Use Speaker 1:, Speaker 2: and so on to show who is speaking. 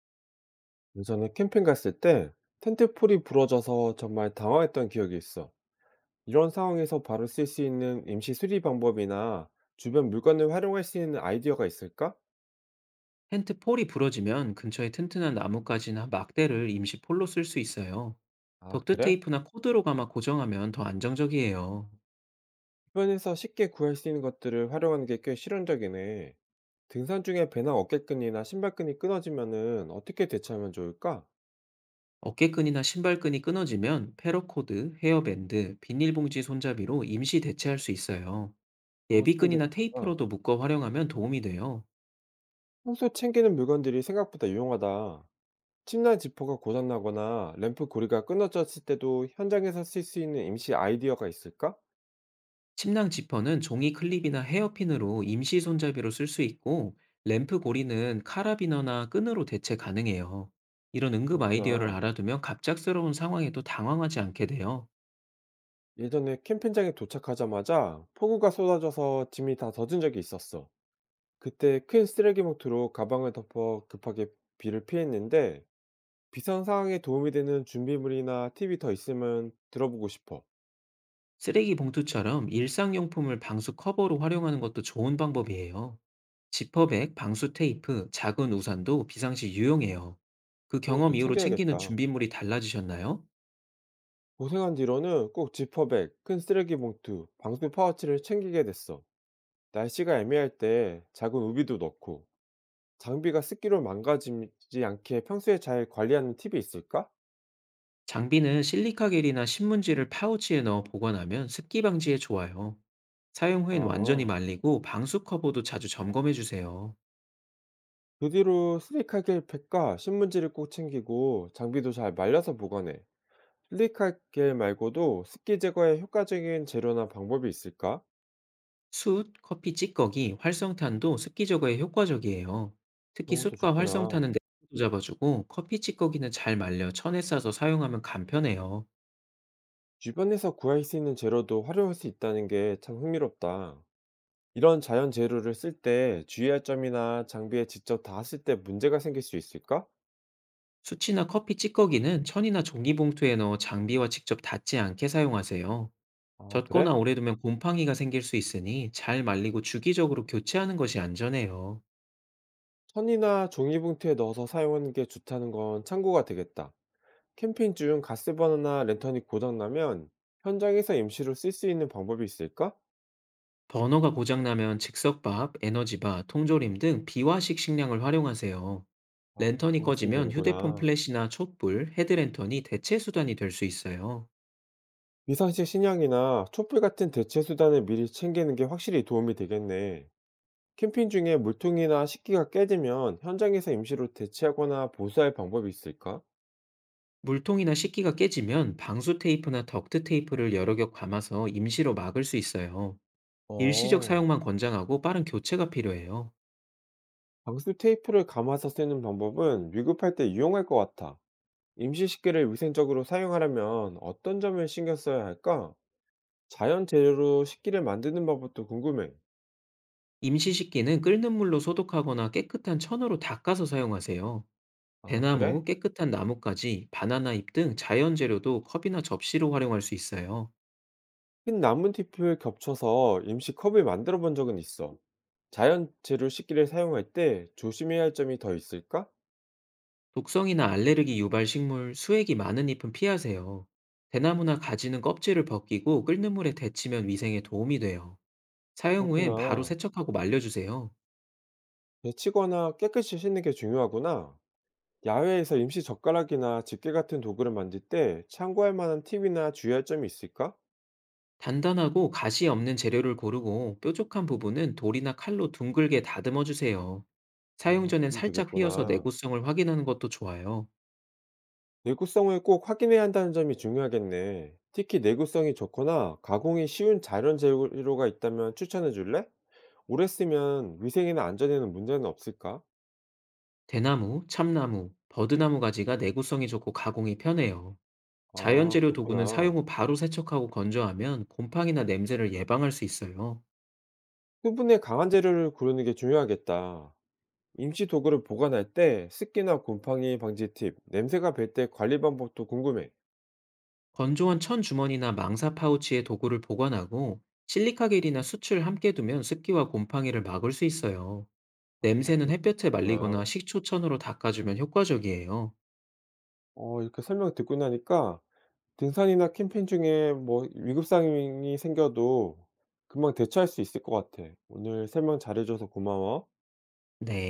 Speaker 1: 예전에 캠핑 갔을 때 텐트폴이 부러져서 정말 당황했던 기억이 있어. 이런 상황에서 바로 쓸 수 있는 임시 수리 방법이나 주변 물건을 활용할 수 있는 아이디어가 있을까?
Speaker 2: 텐트 폴이 부러지면 근처에 튼튼한 나뭇가지나 막대를 임시 폴로 쓸 수 있어요.
Speaker 1: 아, 그래?
Speaker 2: 덕트테이프나 코드로 감아 고정하면 더 안정적이에요.
Speaker 1: 주변에서 쉽게 구할 수 있는 것들을 활용하는 게 꽤 실용적이네. 등산 중에 배낭 어깨끈이나 신발끈이 끊어지면은 어떻게 대처하면 좋을까?
Speaker 2: 어깨끈이나 신발끈이 끊어지면 패러코드, 헤어밴드, 비닐봉지 손잡이로 임시 대체할 수 있어요.
Speaker 1: 그거 쓰면
Speaker 2: 예비끈이나
Speaker 1: 되니까.
Speaker 2: 테이프로도 묶어 활용하면 도움이 돼요.
Speaker 1: 평소 챙기는 물건들이 생각보다 유용하다. 침낭 지퍼가 고장나거나 램프 고리가 끊어졌을 때도 현장에서 쓸 수 있는 임시 아이디어가 있을까?
Speaker 2: 침낭 지퍼는 종이 클립이나 헤어핀으로 임시 손잡이로 쓸 수 있고, 램프 고리는 카라비너나 끈으로 대체 가능해요. 이런 응급 아이디어를
Speaker 1: 그렇구나.
Speaker 2: 알아두면 갑작스러운 상황에도 당황하지 않게 돼요.
Speaker 1: 예전에 캠핑장에 도착하자마자 폭우가 쏟아져서 짐이 다 젖은 적이 있었어. 그때 큰 쓰레기 봉투로 가방을 덮어 급하게 비를 피했는데 비상 상황에 도움이 되는 준비물이나 팁이 더 있으면 들어보고 싶어.
Speaker 2: 쓰레기 봉투처럼 일상용품을 방수 커버로 활용하는 것도 좋은 방법이에요. 지퍼백, 방수 테이프, 작은 우산도 비상시 유용해요. 그
Speaker 1: 그런
Speaker 2: 경험
Speaker 1: 것도
Speaker 2: 이후로 챙기는
Speaker 1: 챙겨야겠다.
Speaker 2: 준비물이 달라지셨나요?
Speaker 1: 고생한 뒤로는 꼭 지퍼백, 큰 쓰레기 봉투, 방수 파우치를 챙기게 됐어. 날씨가 애매할 때 작은 우비도 넣고 장비가 습기로 망가지지 않게 평소에 잘 관리하는 팁이 있을까?
Speaker 2: 장비는 실리카겔이나 신문지를 파우치에 넣어 보관하면 습기 방지에 좋아요. 사용 후엔 완전히
Speaker 1: 아.
Speaker 2: 말리고 방수 커버도 자주 점검해 주세요.
Speaker 1: 그 뒤로 슬릭하겔 팩과 신문지를 꼭 챙기고 장비도 잘 말려서 보관해. 슬릭하겔 말고도 습기 제거에 효과적인 재료나 방법이 있을까?
Speaker 2: 숯, 커피 찌꺼기, 활성탄도 습기 제거에 효과적이에요. 특히
Speaker 1: 그런 것도
Speaker 2: 숯과
Speaker 1: 좋구나.
Speaker 2: 활성탄은 내도 잡아주고 커피 찌꺼기는 잘 말려 천에 싸서 사용하면 간편해요.
Speaker 1: 주변에서 구할 수 있는 재료도 활용할 수 있다는 게 참 흥미롭다. 이런 자연 재료를 쓸 때 주의할 점이나 장비에 직접 닿았을 때 문제가 생길 수 있을까?
Speaker 2: 숯이나 커피 찌꺼기는 천이나 종이봉투에 넣어 장비와 직접 닿지 않게 사용하세요.
Speaker 1: 아,
Speaker 2: 젖거나
Speaker 1: 그래?
Speaker 2: 오래 두면 곰팡이가 생길 수 있으니 잘 말리고 주기적으로 교체하는 것이 안전해요.
Speaker 1: 천이나 종이봉투에 넣어서 사용하는 게 좋다는 건 참고가 되겠다. 캠핑 중 가스버너나 랜턴이 고장나면 현장에서 임시로 쓸 수 있는 방법이 있을까?
Speaker 2: 버너가 고장나면 즉석밥, 에너지바, 통조림 등 비화식 식량을 활용하세요.
Speaker 1: 아,
Speaker 2: 랜턴이
Speaker 1: 그거 쓰면
Speaker 2: 꺼지면 휴대폰
Speaker 1: 되는구나.
Speaker 2: 플래시나 촛불, 헤드랜턴이 대체 수단이 될 수 있어요.
Speaker 1: 비상식 식량이나 촛불 같은 대체 수단을 미리 챙기는 게 확실히 도움이 되겠네. 캠핑 중에 물통이나 식기가 깨지면 현장에서 임시로 대체하거나 보수할 방법이 있을까?
Speaker 2: 물통이나 식기가 깨지면 방수 테이프나 덕트 테이프를 여러 겹 감아서 임시로 막을 수 있어요. 일시적
Speaker 1: 어,
Speaker 2: 사용만 권장하고 빠른 교체가 필요해요.
Speaker 1: 방수 테이프를 감아서 쓰는 방법은 위급할 때 유용할 것 같아. 임시 식기를 위생적으로 사용하려면 어떤 점을 신경 써야 할까? 자연 재료로 식기를 만드는 방법도 궁금해.
Speaker 2: 임시 식기는 끓는 물로 소독하거나 깨끗한 천으로 닦아서 사용하세요.
Speaker 1: 아, 그래?
Speaker 2: 대나무, 깨끗한 나뭇가지, 바나나 잎 등 자연 재료도 컵이나 접시로 활용할 수 있어요.
Speaker 1: 흰 나뭇잎을 겹쳐서 임시 컵을 만들어 본 적은 있어. 자연 재료 식기를 사용할 때 조심해야 할 점이 더 있을까?
Speaker 2: 독성이나 알레르기 유발 식물, 수액이 많은 잎은 피하세요. 대나무나 가지는 껍질을 벗기고 끓는 물에 데치면 위생에 도움이 돼요. 사용 후엔 바로
Speaker 1: 그렇구나.
Speaker 2: 세척하고 말려주세요.
Speaker 1: 데치거나 깨끗이 씻는 게 중요하구나. 야외에서 임시 젓가락이나 집게 같은 도구를 만들 때 참고할 만한 팁이나 주의할 점이 있을까?
Speaker 2: 단단하고 가시 없는 재료를 고르고 뾰족한 부분은 돌이나 칼로 둥글게 다듬어 주세요.
Speaker 1: 아,
Speaker 2: 사용 전엔
Speaker 1: 그럼
Speaker 2: 살짝 휘어서
Speaker 1: 되겠구나.
Speaker 2: 내구성을 확인하는 것도 좋아요.
Speaker 1: 내구성을 꼭 확인해야 한다는 점이 중요하겠네. 특히 내구성이 좋거나 가공이 쉬운 자연 재료가 있다면 추천해 줄래? 오래 쓰면 위생이나 안전에는 문제는 없을까?
Speaker 2: 대나무, 참나무, 버드나무 가지가 내구성이 좋고 가공이 편해요.
Speaker 1: 아,
Speaker 2: 자연재료 도구는 사용
Speaker 1: 그렇구나.
Speaker 2: 후 바로 세척하고 건조하면 곰팡이나 냄새를 예방할 수 있어요.
Speaker 1: 수분에 강한 재료를 고르는 게 중요하겠다. 임시 도구를 보관할 때 습기나 곰팡이 방지 팁, 냄새가 배 때 관리 방법도 궁금해.
Speaker 2: 건조한 천 주머니나 망사 파우치에 도구를 보관하고 실리카겔이나 수치를 함께 두면 습기와 곰팡이를 막을 수 있어요.
Speaker 1: 아,
Speaker 2: 냄새는 햇볕에
Speaker 1: 그렇구나.
Speaker 2: 말리거나 식초천으로 닦아주면 효과적이에요.
Speaker 1: 이렇게 설명 듣고 나니까 등산이나 캠핑 중에 뭐 위급 상황이 생겨도 금방 대처할 수 있을 것 같아. 오늘 설명 잘해줘서 고마워.
Speaker 2: 네.